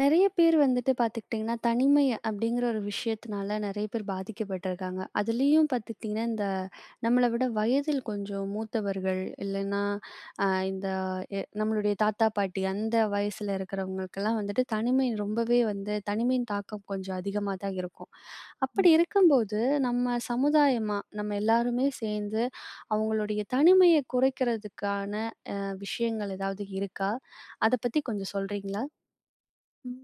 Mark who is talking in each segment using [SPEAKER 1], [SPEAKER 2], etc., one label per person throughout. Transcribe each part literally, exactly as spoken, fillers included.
[SPEAKER 1] நெறைய பேர் வந்துட்டு பார்த்துக்கிட்டிங்கன்னா, தனிமை அப்படிங்கிற ஒரு விஷயத்தினால நெறைய பேர் பாதிக்கப்பட்டுருக்காங்க. அதுலயும் பார்த்துக்கிட்டிங்கன்னா, இந்த நம்மள விட வயதில் கொஞ்சம் மூத்தவர்கள், இல்லைன்னா அ இந்த எ நம்மளுடைய தாத்தா, பாட்டி அந்த வயசுல இருக்கிறவங்களுக்கெல்லாம் வந்துட்டு தனிமை ரொம்பவே வந்து தனிமையின் தாக்கம் கொஞ்சம் அதிகமா தான் இருக்கும். அப்படி இருக்கும்போது, நம்ம சமுதாயமா நம்ம எல்லாருமே சேர்ந்து அவங்களுடைய தனிமைய குறைக்கிறதுக்கான விஷயங்கள் ஏதாவது இருக்கா? அத பத்தி கொஞ்சம் சொல்றீங்களா?
[SPEAKER 2] ம்.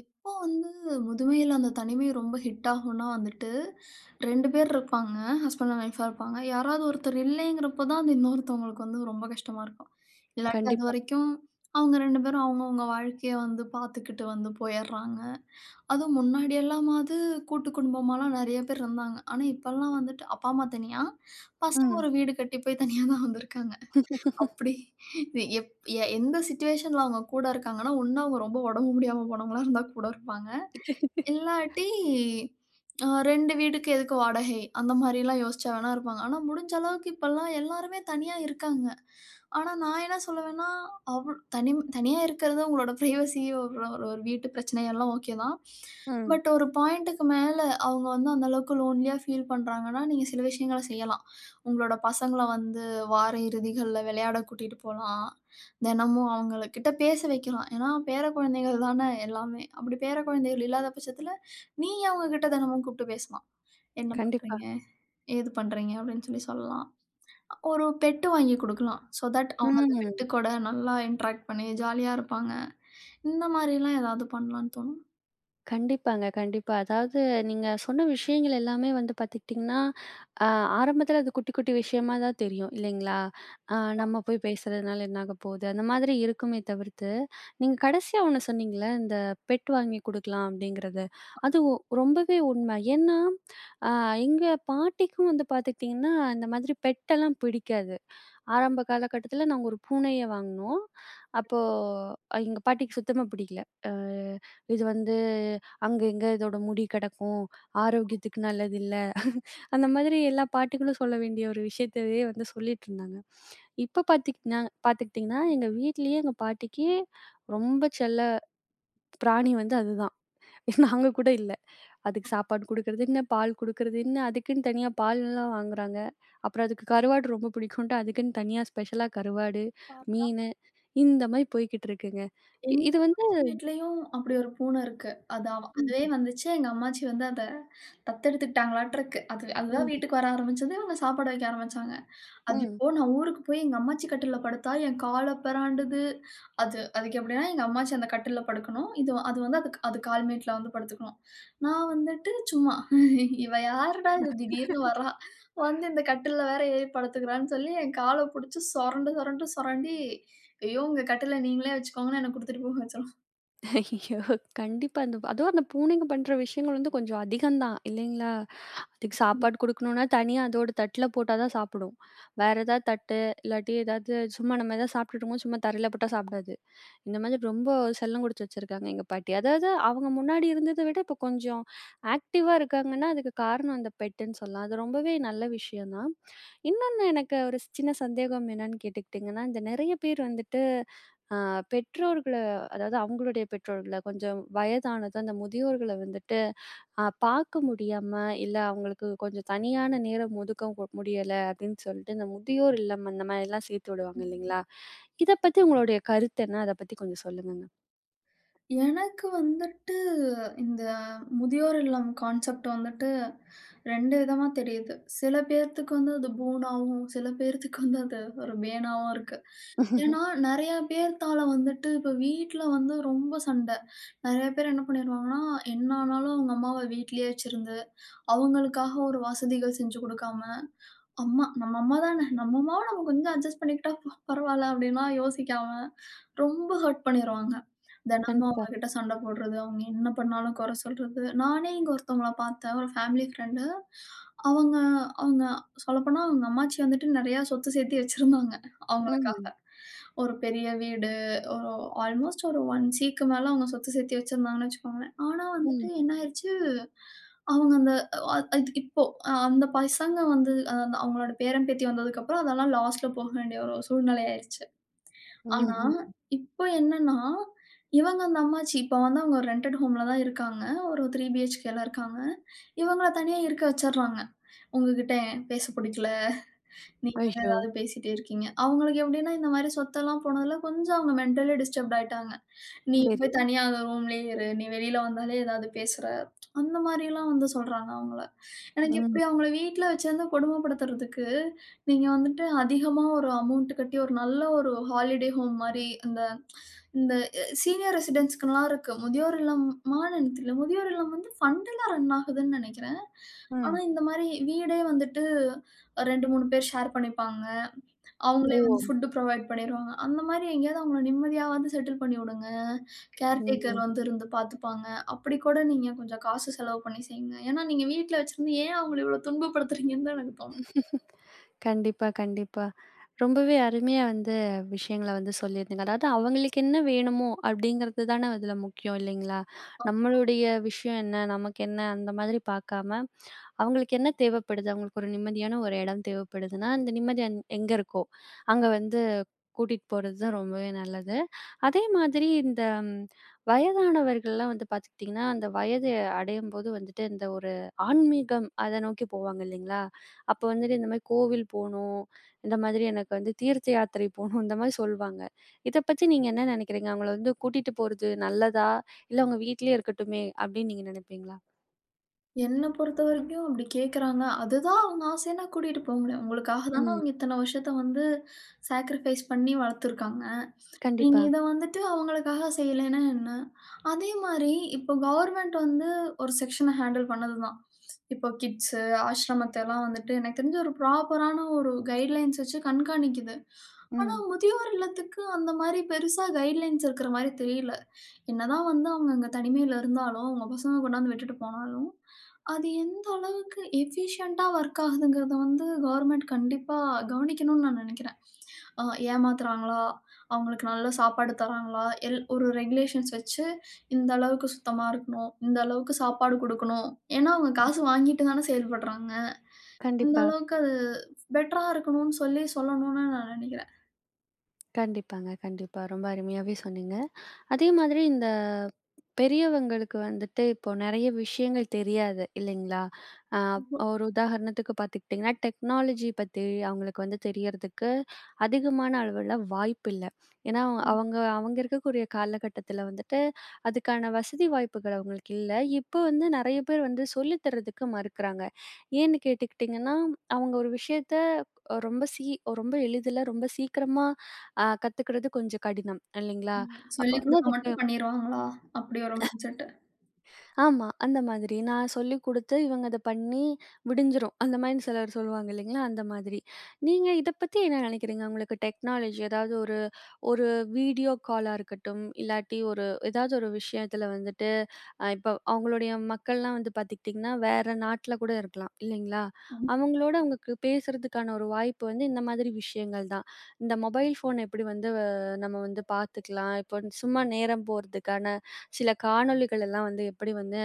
[SPEAKER 2] எப்போ வந்து முதுமையில அந்த தனிமை ரொம்ப ஹிட் ஆகும்னா வந்துட்டு, ரெண்டு பேர் இருப்பாங்க. ஹஸ்பண்ட் அண்ட் ஒய்ஃபா இருப்பாங்க. யாராவது ஒருத்தர் இல்லைங்கிறப்போ தான் அது இன்னொருத்தவங்களுக்கு வந்து ரொம்ப கஷ்டமா இருக்கும். இல்லாட்டி
[SPEAKER 1] கண்டிப்பா.
[SPEAKER 2] அதுவரைக்கும் அவங்க ரெண்டு பேரும் அவங்கவங்க வாழ்க்கைய வந்து பார்த்துக்கிட்டு வந்து போயிடுறாங்க. அதுவும் முன்னாடி எல்லாமாவது கூட்டு குடும்பமாலாம் நெறைய பேர் இருந்தாங்க. ஆனா இப்பல்லாம் வந்துட்டு அப்பா, அம்மா தனியா, பசங்க
[SPEAKER 1] ம்.
[SPEAKER 2] ஒரு வீடு கட்டி போய் தனியா தான் வந்திருக்காங்க. அப்படி இது எப் எ எந்த சிச்சுவேஷன்ல அவங்க கூட இருக்காங்கன்னா, ஒண்ணு அவங்க ரொம்ப உடம்பு முடியாம போனவங்களா இருந்தா கூட இருப்பாங்க. இல்லாட்டி, அ ரெண்டு வீட்டுக்கு எதுக்கு வாடகை? அந்த மாரிலாம் யோசிச்சா வேணா இருப்பாங்க. ஆனா, முடிஞ்ச அளவுக்கு இப்பல்லாம் எல்லாருமே தனியா இருக்காங்க. ஆனா, நான் என்ன சொல்லுவேன்னா, அவ் தனிம் தனியா இருக்கிறது உங்களோட பிரைவசி ஒரு ஒரு ஒரு வீட்டு பிரச்சனை எல்லாம் ஓகே தான்.
[SPEAKER 1] ம்.
[SPEAKER 2] பட் ஒரு பாயிண்ட்டுக்கு மேல அவங்க வந்து அந்த அளவுக்கு லோன்லியா ஃபீல் பண்றாங்கன்னா, நீங்க சில விஷயங்கள செய்யலாம். உங்களோட பசங்கள வந்து வார இறுதிகள்ல விளையாட கூட்டிட்டு போலாம். தினமும் அவங்ககிட்ட பேச வைக்கலாம். ஏன்னா, பேர குழந்தைகள் தானே எல்லாமே. அப்படி பேர குழந்தைகள் இல்லாத பட்சத்தில, நீங்க அவங்ககிட்ட தினமும் கூப்பிட்டு பேசலாம். "என்ன
[SPEAKER 1] கண்டிப்பா.
[SPEAKER 2] பண்றீங்க? ஏது பண்றீங்க?" அப்படின்னு சொல்லி சொல்லலாம். ஒரு பெட் வாங்கி குடுக்கலாம். சோ தட் அவங்க அந்த
[SPEAKER 1] ம்.
[SPEAKER 2] பெட்டு கூட நல்லா இன்டராக்ட் பண்ணி ஜாலியா இருப்பாங்க. இந்த மாரிலாம் ஏதாவது பண்ணலான்னு தோணும்.
[SPEAKER 1] கண்டிப்பாங்க, கண்டிப்பா. அதாவது நீங்க சொன்ன விஷயங்கள் எல்லாமே வந்து பார்த்துக்கிட்டிங்கன்னா, அ ஆரம்பத்தில அது குட்டி, குட்டி விஷயமா தான் தெரியும் இல்லைங்களா? அ நம்ம போய் பேசுறதுனால என்ன ஆக போகுது? அந்த மாதிரி இருக்குமே தவிர்த்து, நீங்க கடைசியா ஒண்ணு சொன்னீங்கல்ல, இந்த பெட் வாங்கி குடுக்கலாம் அப்படிங்கிறது. அது ஒ ரொம்பவே உண்மை. ஏன்னா, அ எங்க பாட்டிக்கும் வந்து பார்த்துக்கிட்டிங்கன்னா, இந்த மாதிரி பெட்டெல்லாம் பிடிக்காது. ஆரம்ப காலகட்டத்தில நாங்க ஒரு பூனைய வாங்குனோம். அப்போ அஹ் எங்க பாட்டிக்கு சுத்தமா பிடிக்கல. அ இது வந்து அங்க இங்க இதோட முடி கிடக்கும். ஆரோக்கியத்துக்கு நல்லதில்ல. அந்த மாதிரி எல்லா பாட்டிகளும் சொல்ல வேண்டிய ஒரு விஷயத்தவே வந்து சொல்லிட்டுருந்தாங்க. இப்ப பார்த்துக்கிட்னா பார்த்துக்கிட்டிங்கன்னா, எங்க வீட்லயே எங்க பாட்டிக்கு ரொம்ப செல்ல பிராணி வந்து அதுதான். நாங்க கூட இல்ல. அதுக்கு சாப்பாடு குடுக்கறது என்ன, பால் குடுக்கறது என்ன, அதுக்குன்னு தனியா பால்லாம் வாங்குறாங்க. அப்புறம் அதுக்கு கருவாடு ரொம்ப பிடிக்குன்ட்டு அதுக்குன்னு தனியா ஸ்பெஷலா கருவாடு, மீனு இந்த மாரி போய்க்கிட்டு இருக்குங்க. இ
[SPEAKER 2] எங்க
[SPEAKER 1] இது வந்து.
[SPEAKER 2] அம்மாச்சி வீட்லயும் அப்படி ஒரு பூனை இருக்கு. அது அவ அதுவே
[SPEAKER 1] ம்,
[SPEAKER 2] வந்துச்சு. எங்க அம்மாச்சி வந்து அத தத்தெடுத்துக்கிட்டாங்களாட்டு இருக்கு. அது அதுதான் வீட்டுக்கு வர ஆரம்பிச்சது. இவங்க சாப்பாடு வைக்க ஆரம்பிச்சாங்க. அது
[SPEAKER 1] ம்.
[SPEAKER 2] இப்போ நான் ஊருக்கு போய் எங்க அம்மாச்சி கட்டில்ல படுத்தா, என் கால பெறாண்டுது. அது அதுக்கு எப்படின்னா, எங்க அம்மாச்சி அந்த கட்டில்ல படுக்கணும். இது அது வந்து அதுக் அது கால் மேட்ல வந்து படுத்துக்கணும். நான் வந்துட்டு சும்மா, இவ யாருடா இது திடீர்னு வரா? வந்து இந்த கட்டில்ல வேற ஏறி படுத்துக்கிறான்னு சொல்லி, என் கால புடிச்சு சொரண்டு, சொரண்டு, சொரண்டி, ஐயோ! உங்க கட்டில்ல நீங்களே வச்சுக்கோங்கன்னு என்ன குடுத்துட்டு போக வச்சுரும்.
[SPEAKER 1] ஐயோ! கண்டிப்பா அந்த அதுவும் அந்த பூனைங்க பண்ற விஷயங்கள் வந்து கொஞ்சம் அதிகம் தான் இல்லைங்களா? அதுக்கு சாப்பாடு குடுக்கணும்னா தனியா அதோட தட்டுல போட்டா தான் சாப்பிடும். வேற ஏதாவது தட்டு இல்லாட்டி ஏதாவது சும்மா நம்ம ஏதாவது சாப்பிட்டுட்டு இருக்கும்போது சும்மா தரையில போட்டா சாப்பிடாது. இந்த மாதிரி ரொம்ப செல்லம் குடுத்து வச்சிருக்காங்க எங்க பாட்டி. அதாவது அவங்க முன்னாடி இருந்தத விட இப்போ கொஞ்சம் ஆக்டிவா இருக்காங்கன்னா, அதுக்கு காரணம் அந்த பெட்டுன்னு சொல்லலாம். அது ரொம்பவே நல்ல விஷயம் தான். இன்னொன்னு எனக்கு ஒரு சின்ன சந்தேகம் என்னன்னு கேட்டுக்கிட்டீங்கன்னா, இந்த நெறைய பேர் வந்துட்டு அ பெற்றோர்கள அதாவது அவங்களுடைய பெற்றோர்கள கொஞ்சம் வயதானது அந்த முதியோர்கள வந்துட்டு அ பார்க்க முடியாம, இல்ல அவங்களுக்கு கொஞ்சம் தனியான நேரம் ஒதுக்க கொ- முடியல அப்படின்னு சொல்லிட்டு, இந்த முதியோர் இல்லம் அந்த மாதிரிலாம் சேர்த்து விடுவாங்க இல்லைங்களா? இத பத்தி உங்களுடைய கருத்து என்ன? அத பத்தி கொஞ்சம் சொல்லுங்கங்க.
[SPEAKER 2] எனக்கு வந்துட்டு இந்த முதியோர் இல்லம் கான்செப்ட் வந்துட்டு ரெண்டு விதமா தெரியுது. சில பேர்த்துக்கு வந்து அது பூனாவும், சில பேர்த்துக்கு வந்து அது ஒரு பேனாவும் இருக்கு. ஏன்னா, நெறைய பேர்த்தால வந்துட்டு இப்ப வீட்ல வந்து ரொம்ப சண்டை. நெறைய பேர் என்ன பண்ணிருவாங்கன்னா, என்ன ஆனாலும் அவங்க அம்மாவ வீட்லயே வச்சிருந்து, அவங்களுக்காக ஒரு வசதிகள் செஞ்சு குடுக்காம, அம்மா நம்ம அம்மா தான, நம்ம அம்மாவ நம்ம கொஞ்சம் அட்ஜஸ்ட் பண்ணிக்கிட்டா பரவால்ல அப்டின்லாம் யோசிக்காம ரொம்ப ஹர்ட் பண்ணிருவாங்க. தினமும்
[SPEAKER 1] கண்டிப்பா.
[SPEAKER 2] அவங்ககிட்ட சண்டை போடுறது, அவங்க என்ன பண்ணாலும் குறை சொல்றது. நானே இங்க ஒருத்தவங்கள பார்த்தேன். ஒரு ஃபேமிலி ஃப்ரெண்டு. அவங்க அவங்க சொல்லப்போனா அவங்க அம்மாச்சி வந்துட்டு நெறையா சொத்து சேர்த்து வச்சிருந்தாங்க, அவங்களுக்காக.
[SPEAKER 1] ம்.
[SPEAKER 2] ஒரு பெரிய வீடு, ஒரு ஆல்மோஸ்ட் ஒரு 1 சிக்கு மேல அவங்க சொத்து சேர்த்து வச்சிருந்தாங்கன்னு வச்சுக்கோங்களேன். ஆனா
[SPEAKER 1] ம்.
[SPEAKER 2] வந்துட்டு என்ன ஆயிருச்சு, அவங்க அந்த அ அது இப்போ அ- அந்த பசங்க வந்து அ அந்த அவங்களோட பேரன், பேத்தி வந்ததுக்கப்புறம் அதெல்லாம் லாஸ்ல போக வேண்டிய ஒரு சூழ்நிலை ஆயிருச்சு. ஆனா,
[SPEAKER 1] ம்ஹ்ம்.
[SPEAKER 2] இப்போ என்னன்னா, இவங்க அந்த அம்மாச்சி இப்போ வந்து அவங்க ஒரு ரென்டட் ஹோம்ல தான் இருக்காங்க. ஒரு மூன்று பிஹெச்கேல இருக்காங்க. இவங்கள தனியா இருக்க வச்சர்றாங்க. "உங்ககிட்ட பேச புடிக்கல. நீங்க வந்து
[SPEAKER 1] ஐயோ!
[SPEAKER 2] ஏதாவது பேசிட்டே இருக்கீங்க." அவங்களுக்கு எப்படின்னா, இந்த மாரி சொத்தெல்லாம் போனதுல கொஞ்சம் அவங்க மென்டலி டிஸ்டர்ப்ட் ஆயிட்டாங்க. "நீ
[SPEAKER 1] சரி.
[SPEAKER 2] போய் தனியா அந்த ரூம்லயே இரு. நீ வெளில வந்தாலே ஏதாவது பேசுற." அந்த மாரிலாம் வந்து சொல்றாங்க அவங்கள. எனக்கு
[SPEAKER 1] ம்.
[SPEAKER 2] இப்படி அவங்கள வீட்ல வச்சிருந்து கொடுமைப்படுத்துறதுக்கு, நீங்க வந்துட்டு அதிகமா ஒரு அமௌண்ட் கட்டி ஒரு நல்ல ஒரு ஹாலிடே ஹோம் மாரி அந்த இந்த சீனியர் ரெசிடென்ஸ்க்குலாம் இருக்கு. முதியோர் இல்லமான்னு எனக்கு தெரியல. முதியோர் இல்லம் வந்து ஃபண்டுல ரன் ஆகுதுன்னு நெனைக்கிறேன். ஆனா
[SPEAKER 1] ம்.
[SPEAKER 2] இந்த மாரி வீடே வந்துட்டு ரெண்டு, மூணு பேர் ஷேர் பண்ணிப்பாங்க. அவங்களே வந்து
[SPEAKER 1] ஓ!
[SPEAKER 2] ஃபுட் ப்ரொவைட் பண்ணிருவாங்க. அந்த மாரி எங்கேயாவது அவங்கள நிம்மதியாவது செட்டில் பண்ணி விடுங்க. கேர்டேக்கர்
[SPEAKER 1] ம்.
[SPEAKER 2] வந்து இருந்து பார்த்துப்பாங்க. அப்படி கூட நீங்க கொஞ்சம் காசு செலவு பண்ணி செய்யுங்க. ஏன்னா நீங்க வீட்ல வச்சிருந்து ஏன் அவங்கள இவ்வளோ துன்பப்படுத்துறீங்கன்னு தான் எனக்கு தோணும்.
[SPEAKER 1] கண்டிப்பா, கண்டிப்பா. ரொம்பவே அருமையா வந்து விஷயங்கள வந்து சொல்லியிருந்தீங்க. அதாவது அவங்களுக்கு என்ன வேணுமோ அப்படிங்கிறது தானே அதில முக்கியம் இல்லைங்களா?
[SPEAKER 2] அப்
[SPEAKER 1] நம்மளுடைய விஷயம் என்ன? நமக்கு என்ன? அந்த மாதிரி பார்க்காம, அவங்களுக்கு என்ன தேவைப்படுது? அவங்களுக்கு ஒரு நிம்மதியான ஒரு இடம் தேவைப்படுதுன்னா, அந்த நிம்மதி அங் எங்க இருக்கோ, அங்க வந்து கூட்டிட்டு போறது தான் ரொம்பவே நல்லது. அதே மாதிரி இந்த ம் வயதானவர்கள்லாம் வந்து பார்த்துக்கிட்டிங்கன்னா, அந்த வயது அடையும்போது வந்துட்டு இந்த ஒரு ஆன்மீகம் அத நோக்கி போவாங்க இல்லைங்களா? அப்ப வந்துட்டு இந்த மாரி கோவில் போணும். இந்த மாதிரி எனக்கு வந்து தீர்த்த யாத்திரை போணும். இந்த மாரி சொல்வாங்க. இத பத்தி நீங்க என்ன நெனைக்கிறீங்க? அவங்கள வந்து கூட்டிட்டு போறது நல்லதா? இல்ல அவங்க வீட்லயே இருக்கட்டுமே அப்படின்னு நீங்க நெனைப்பீங்களா?
[SPEAKER 2] என்ன பொறுத்தவரைக்கும் அப்படி கேட்குறாங்க. அதுதான் அவங்க ஆசைன்னா கூட்டிட்டு போங்களேன். உங்களுக்காக தானே
[SPEAKER 1] ம்.
[SPEAKER 2] அவங்க இத்தன வருஷத்த வந்து சாக்ரிஃபைஸ் பண்ணி வளர்த்துருக்காங்க. நீங்க
[SPEAKER 1] கண்டிப்பா.
[SPEAKER 2] இத வந்துட்டு அவங்களுக்காக செய்யலைன்னா என்ன? அதே மாரி இப்போ கவர்ன்மென்ட் வந்து ஒரு செக்ஷன ஹேண்டில் பண்ணது தான். இப்போ கிட்ஸு, ஆசிரமத்தெல்லாம் வந்துட்டு எனக்கு தெரிஞ்சு ஒரு ப்ராப்பரான ஒரு கைட்லைன்ஸ் வச்சு கண்காணிக்குது. ஆனா,
[SPEAKER 1] ம்.
[SPEAKER 2] முதியோர் இல்லத்துக்கு அந்த மாரி பெருசா கைட்லைன்ஸ் இருக்கிற மாரி தெரியல. என்னதான் வந்து அவங்க அங்க தனிமையில இருந்தாலும், அவங்க பசங்க கொண்டாந்து விட்டுட்டு போனாலும், அது எந்த அளவுக்கு எஃபிஷியன்ட்டா ஒர்க் ஆகுதுங்கிறத வந்து கவர்ன்மென்ட் கண்டிப்பா கவனிக்கணும்னு நான் நெனைக்கிறேன். அ ஏமாத்துறாங்களா? அவங்களுக்கு நல்ல சாப்பாடு தராங்களா? எல் ஒரு ரெகுலேஷன்ஸ் வச்சு, இந்த அளவுக்கு சுத்தமா இருக்கணும். இந்த அளவுக்கு சாப்பாடு குடுக்கணும். ஏன்னா, அவங்க காசு வாங்கிட்டு தானே செயல்படுறாங்க. இந்த
[SPEAKER 1] கண்டிப்பா.
[SPEAKER 2] அளவுக்கு அது பெட்டரா இருக்கணும்னு சொல்லி சொல்லணும்னு நான் நெனைக்கிறேன்.
[SPEAKER 1] கண்டிப்பாங்க. கண்டிப்பா. ரொம்ப அருமையாவே சொன்னீங்க. அதே மாதிரி இந்த பெரியவங்களுக்கு வந்துட்டு இப்போ நெறைய விஷயங்கள் தெரியாது இல்லைங்களா? அ ஒரு உதாரணத்துக்கு பார்த்துக்கிட்டிங்கன்னா, டெக்னாலஜி பத்தி அவங்களுக்கு வந்து தெரியறதுக்கு அதிகமான அளவுல வாய்ப்பில்ல. ஏன்னா, அவங்க
[SPEAKER 2] ம்.
[SPEAKER 1] அவங்க அவங்க இருக்கக்கூடிய காலகட்டத்தில வந்துட்டு அதுக்கான வசதி வாய்ப்புகள் அவங்களுக்கு இல்ல. இப்போ வந்து நெறைய பேர் வந்து சொல்லி தரதுக்கு மறுக்கிறாங்க. ஏன்னு கேட்டுக்கிட்டிங்கன்னா, அவங்க ஒரு விஷயத்த அஹ் ரொம்ப சீ ரொம்ப எளிதில ரொம்ப சீக்கிரமா அ கத்துக்கிறது கொஞ்சம் கடினம் இல்லைங்களா?
[SPEAKER 2] ம்.
[SPEAKER 1] அப்ப
[SPEAKER 2] சொல்லிக்
[SPEAKER 1] வந்து
[SPEAKER 2] குடுத்தா
[SPEAKER 1] அதுக்கு
[SPEAKER 2] மட்டும் பண்ணிருவாங்களா? அப்படி ஒரு மைண்ட் செட்.
[SPEAKER 1] ஆமா. அந்த மாதிரி. நான் சொல்லிக் குடுத்து, இவங்க அத பண்ணி விடிஞ்சிரும். அந்த மாதிரி சிலர் சொல்லுவாங்க இல்லைங்களா? அந்த மாதிரி. நீங்க இத பத்தி என்ன நெனைக்கிறீங்க? உங்களுக்கு டெக்னாலஜி, அதாவது ஒரு வீடியோ காலா இருக்கட்டும், இல்லாட்டி ஒரு ஏதாவது ஒரு விஷயத்துல வந்துட்டு அ இப்ப அவங்களுடைய மக்கள்லாம் வந்து பார்த்துக்கிட்டிங்கன்னா, வேற நாட்ல கூட இருக்கலாம் இல்லைங்களா? அவங்களோட அவங்களுக்கு பேசுறதுக்கான ஒரு வாய்ப்பு வந்து இந்த மாதிரி விஷயங்கள் தான். இந்த மொபைல் ஃபோன் எப்படி வந்து அஹ், நம்ம வந்து பார்த்துக்கலாம், இப்போ சும்மா நேரம் போறதுக்கான சில காணொளிகள் எல்லாம் வந்து எப்படி வந்து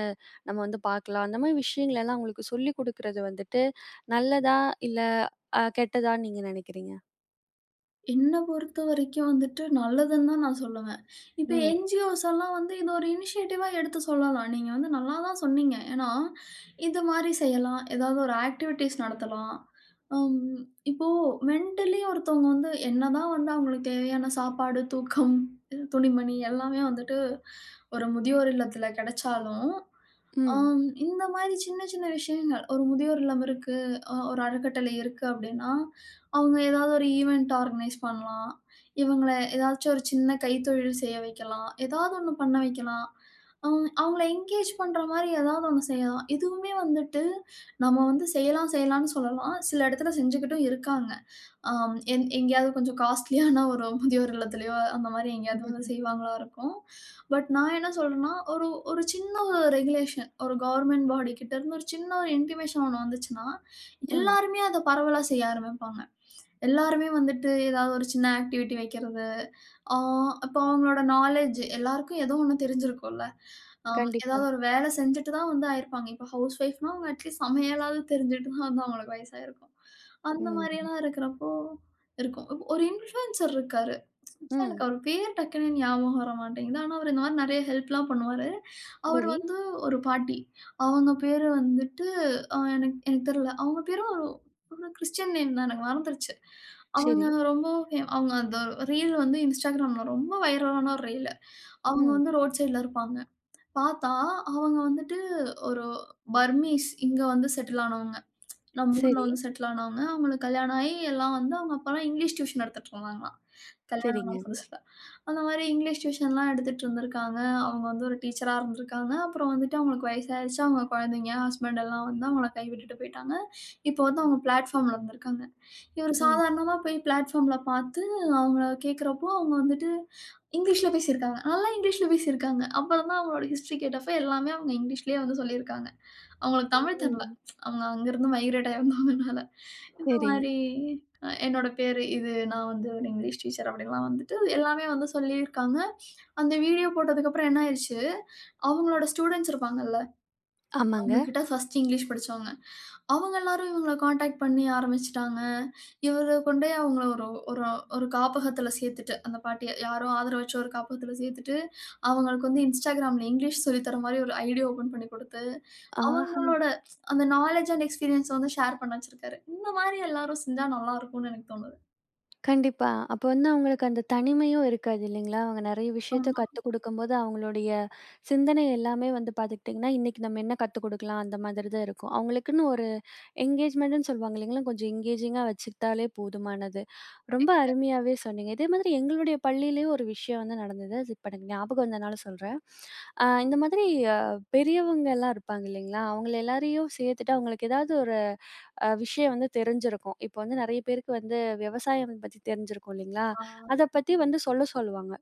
[SPEAKER 1] நம்ம வந்து பார்க்கலாம், அந்த மாதிரி விஷயங்கள் எல்லாம் அவங்களுக்கு சொல்லிக் குடுக்குறது வந்துட்டு நல்லதா? இல்ல அ கெட்டதான்னு நீங்க நினைக்கிறீங்க?
[SPEAKER 2] என்ன பொறுத்தவரைக்கும் வந்துட்டு நல்லதுன்னு தான் நான் சொல்லுவேன். இப்ப
[SPEAKER 1] ம்,
[SPEAKER 2] என்ஜிஓஸ் எல்லாம் வந்து இத ஒரு இனிஷியேட்டிவா எடுத்து சொல்லலாம். நீங்க வந்து நல்லா தான் சொன்னீங்க. ஏன்னா, இது மாரி செய்யலாம். ஏதாவது ஒரு ஆக்டிவிட்டீஸ் நடத்தலாம். அம் இப்போ மென்டலி ஒருத்தவங்க வந்து என்னதான் வந்து அவங்களுக்கு தேவையான சாப்பாடு, தூக்கம், துணிமணி எல்லாமே வந்துட்டு ஒரு முதியோர் இல்லத்தில கிடைச்சாலும்
[SPEAKER 1] ம்,
[SPEAKER 2] ஆம். இந்த மாரி சின்ன சின்ன விஷயங்கள். ஒரு முதியோர் இல்லம் இருக்கு, அ ஒரு அறக்கட்டளை இருக்கு அப்டின்னா, அவங்க ஏதாவது ஒரு ஈவென்ட் ஆர்கனைஸ் பண்ணலாம். இவங்கள ஏதாச்சும் ஒரு சின்ன கைத்தொழில் செய்ய வைக்கலாம். ஏதாவது ஒண்ணு பண்ண வைக்கலாம். அவுங் அவங்கள என்கேஜ் பண்ற மாரி ஏதாவது ஒண்ணு செய்யலாம். இதுவுமே வந்துட்டு நம்ம வந்து செய்யலாம் செய்யலாம்னு சொல்லலாம். சில இடத்துல செஞ்சுக்கிட்டும் இருக்காங்க. ஆம். எங் எங்கேயாவது கொஞ்சம் காஸ்ட்லியான ஒரு முதியோர் இல்லத்துலயோ, அந்த மாரி எங்கேயாவது வந்து
[SPEAKER 1] ம்.
[SPEAKER 2] செய்வாங்களா இருக்கும். பட் நான் என்ன சொல்றேன்னா, ஒரு ஒரு சின்ன ஒரு ரெகுலேஷன், ஒரு கவர்ன்மென்ட் பாடி கிட்ட இருந்து ஒரு சின்ன ஒரு இன்டிமேஷன் ஒண்ணு வந்துச்சுன்னா,
[SPEAKER 1] ம்
[SPEAKER 2] எல்லாருமே அத பரவலா செய்ய ஆரம்பிப்பாங்க. எல்லாருமே வந்துட்டு ஏதாவது ஒரு சின்ன ஆக்டிவிட்டி வைக்கிறது. ஆ இப்போ அவங்களோட நாலேட்ஜ் எல்லாருக்கும் ஏதோ ஒண்ணு தெரிஞ்சிருக்கும்ல. அம்
[SPEAKER 1] கண்டிப்பா.
[SPEAKER 2] ஏதாவது ஒரு வேலை செஞ்சுட்டு தான் வந்து ஆயிருப்பாங்க. இப்போ ஹவுஸ் ஒய்ஃப்னா அவங்க அட்லீஸ்ட் சமையலாவது தெரிஞ்சுட்டு தான் வந்து அவங்களுக்கு வயசாயிருக்கும். அந்த
[SPEAKER 1] ம்.
[SPEAKER 2] மாரியெல்லாம் இருக்கிறப்போ இருக்கும். இப்போ ஒரு இன்ஃப்ளூயன்சர் இருக்காரு. ஆக்சுவலா
[SPEAKER 1] ம்.
[SPEAKER 2] எனக்கு அவர் பேர் டக்குன்னு ஞாபகம் வர மாட்டேங்குது. ஆனா அவர் இந்த மாரி நெறைய ஹெல்ப்லாம் பண்ணுவாரு. ம். அவர்
[SPEAKER 1] சரி,
[SPEAKER 2] வந்து ஒரு பாட்டி. அவங்க பேரு வந்துட்டு அ எனக்கு எனக்கு தெரியல. அவங்க பேரும் ஒரு ஒரு கிறிஸ்டியன் நேம் தான் எனக்கு மறந்துருச்சு. அவங்க
[SPEAKER 1] சரி.
[SPEAKER 2] ரொம்ப ஃபே அவங்க அந்த ரீல் வந்து Instagramல ரொம்ப வைரலான ஒரு ரீலு. அவங்க
[SPEAKER 1] ம்.
[SPEAKER 2] வந்து ரோட் சைடுல இருப்பாங்க. பாத்தா அவங்க வந்துட்டு ஒரு பர்மீஸ் இங்க வந்து செட்டில் ஆனவங்க. நம்ம ஊர்ல
[SPEAKER 1] சரி,
[SPEAKER 2] வந்து செட்டில் ஆனவங்க. அவங்களுக்கு கல்யாணம் ஆயி எல்லாம் வந்து அவங்க அப்பலாம் இங்கிலீஷ் டியூஷன் எடுத்துட்டு இருந்தாங்களாம். கல்யாணம் ஆன
[SPEAKER 1] சரிங்க.
[SPEAKER 2] புதுசுல. அந்த மாரி இங்கிலீஷ் டியூஷன்லாம் எடுத்துட்டு இருந்திருக்காங்க. அவங்க வந்து ஒரு டீச்சரா இருந்திருக்காங்க. அப்புறம் வந்துட்டு அவங்களுக்கு வயசாயிருச்சு. அவங்க குழந்தைங்க, ஹஸ்பண்ட் எல்லாம் வந்து அவங்கள கைவிட்டுட்டு போயிட்டாங்க. இப்போ வந்து அவங்க பிளாட்ஃபார்ம்ல இருந்திருக்காங்க. இவரு
[SPEAKER 1] ம்.
[SPEAKER 2] சாதாரணமா போய் பிளாட்ஃபார்ம்ல பார்த்து அவங்கள கேட்கிறப்போ, அவங்க வந்துட்டு இங்கிலீஷ்ல பேசியிருக்காங்க. நல்லா இங்கிலீஷ்ல பேசியிருக்காங்க. அப்புறம் தான் அவங்களோட ஹிஸ்டரி கேட்டப்ப எல்லாமே அவங்க இங்கிலீஷ்லயே வந்து சொல்லியிருக்காங்க. அவங்களுக்கு தமிழ் தெர்ல.
[SPEAKER 1] ம்.
[SPEAKER 2] அவங்க அங்கருந்து மைக்ரேட் ஆயிருந்தவங்கனால, இந்த
[SPEAKER 1] சரி.
[SPEAKER 2] மாரி அ என்னோட பேரு இது நான் வந்து ஒரு இங்கிலீஷ் டீச்சர் அப்படின்லாம் வந்துட்டு எல்லாமே வந்து சொல்லியிருக்காங்க. அந்த வீடியோ போட்டதுக்கப்புறம் என்ன ஆயிருச்சு, அவங்களோட ஸ்டூடண்ட்ஸ் இருப்பாங்கல்ல, அவங்க
[SPEAKER 1] ஆமாங்க.
[SPEAKER 2] கிட்ட ஃபர்ஸ்ட் இங்கிலீஷ் படிச்சவங்க. அவங்க எல்லாரும் இவங்கள கான்டாக்ட் பண்ணி ஆரம்பிச்சுட்டாங்க. இவரு கொண்டோய் அவங்கள ஒரு ஒரு ஒரு காப்பகத்துல சேர்த்துட்டு, அந்த பாட்டிய யாரோ ஆதரவற்ற ஒரு காப்பகத்துல சேர்த்துட்டு, அவங்களுக்கு வந்து Instagramல இங்கிலீஷ் சொல்லி தர மாரி ஒரு ஐடி ஓப்பன் பண்ணி குடுத்து
[SPEAKER 1] ஆஹா!
[SPEAKER 2] அவங்களோட அந்த நாலேட்ஜ் அண்ட் எக்ஸ்பீரியன்ஸ வந்து ஷேர் பண்ண வச்சிருக்காரு. இந்த மாரி எல்லாரும் செஞ்சா நல்லா இருக்கும்னு எனக்கு தோணுது.
[SPEAKER 1] கண்டிப்பா. அப்ப வந்து அவங்களுக்கு அந்த தனிமையும் இருக்காது இல்லைங்களா? அவங்க நெறைய விஷயத்த
[SPEAKER 2] ஆமாக்கா.
[SPEAKER 1] கத்துக் குடுக்கும்போது, அவங்களுடைய சிந்தனை எல்லாமே வந்து பாத்துக்கிட்டீங்கன்னா, இன்னைக்கு நம்ம என்ன கத்துக் குடுக்கலாம் அந்த மாதிரி தான் இருக்கும். அவங்களுக்குன்னு ஒரு என்கேஜ்மெண்ட்டுன்னு சொல்லுவாங்க இல்லைங்களா, கொஞ்சம் என்கேஜிங்கா வச்சுக்கிட்டாலே போதுமானது. ரொம்ப அருமையாவே சொன்னீங்க. இதே மாதிரி எங்களுடைய பள்ளியிலேயும் ஒரு விஷயம் வந்து நடந்தது. அது இப்ப எனக்கு ஞாபகம் வந்தனால சொல்றேன். அ இந்த மாதிரி அ பெரியவங்கலாம் இருப்பாங்க இல்லைங்களா, அவங்கள எல்லாரையும் சேர்த்துட்டு அவங்களுக்கு ஏதாவது ஒரு அ விஷயம் வந்து தெரிஞ்சிருக்கும். இப்போ வந்து நெறைய பேருக்கு வந்து விவசாயம் பத்தி தெரிஞ்சிருக்கும் இல்லைங்களா? அத பத்தி வந்து சொல்ல சொல்லுவாங்க.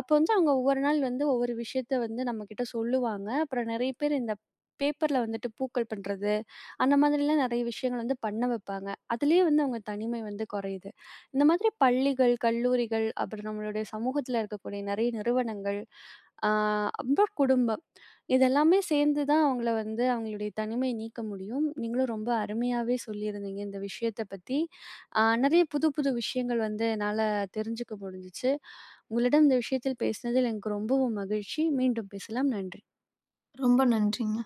[SPEAKER 1] அப்போ வந்து அவங்க ஒவ்வொரு நாள் வந்து ஒவ்வொரு விஷயத்த வந்து நம்மகிட்ட சொல்லுவாங்க. அப்புறம் நெறைய பேர் இந்த பேப்பர்ல வந்துட்டு பூக்கள் பண்றது, அந்த மாதிரிலாம் நெறைய விஷயங்கள் வந்து பண்ண வைப்பாங்க. அதுலயே வந்து அவங்க தனிமை வந்து குறையுது. இந்த மாதிரி பள்ளிகள், கல்லூரிகள், அப்புறம் நம்மளுடைய சமூகத்துல இருக்கக்கூடிய நெறைய நிறுவனங்கள், ஆ அப்புறம் குடும்பம் இதெல்லாமே சேர்ந்து தான் அவங்கள வந்து அவங்களுடைய தனிமைய நீக்க முடியும். நீங்களும் ரொம்ப அருமையாவே சொல்லியிருந்தீங்க இந்த விஷயத்த பத்தி. அ நெறைய புது புது விஷயங்கள் வந்து என்னால தெரிஞ்சுக்க முடிஞ்சுச்சு. உங்களிடம் இந்த விஷயத்தில் பேசினதில் எனக்கு ரொம்பவும் மகிழ்ச்சி. மீண்டும் பேசலாம். நன்றி.
[SPEAKER 2] ரொம்ப நன்றிங்க.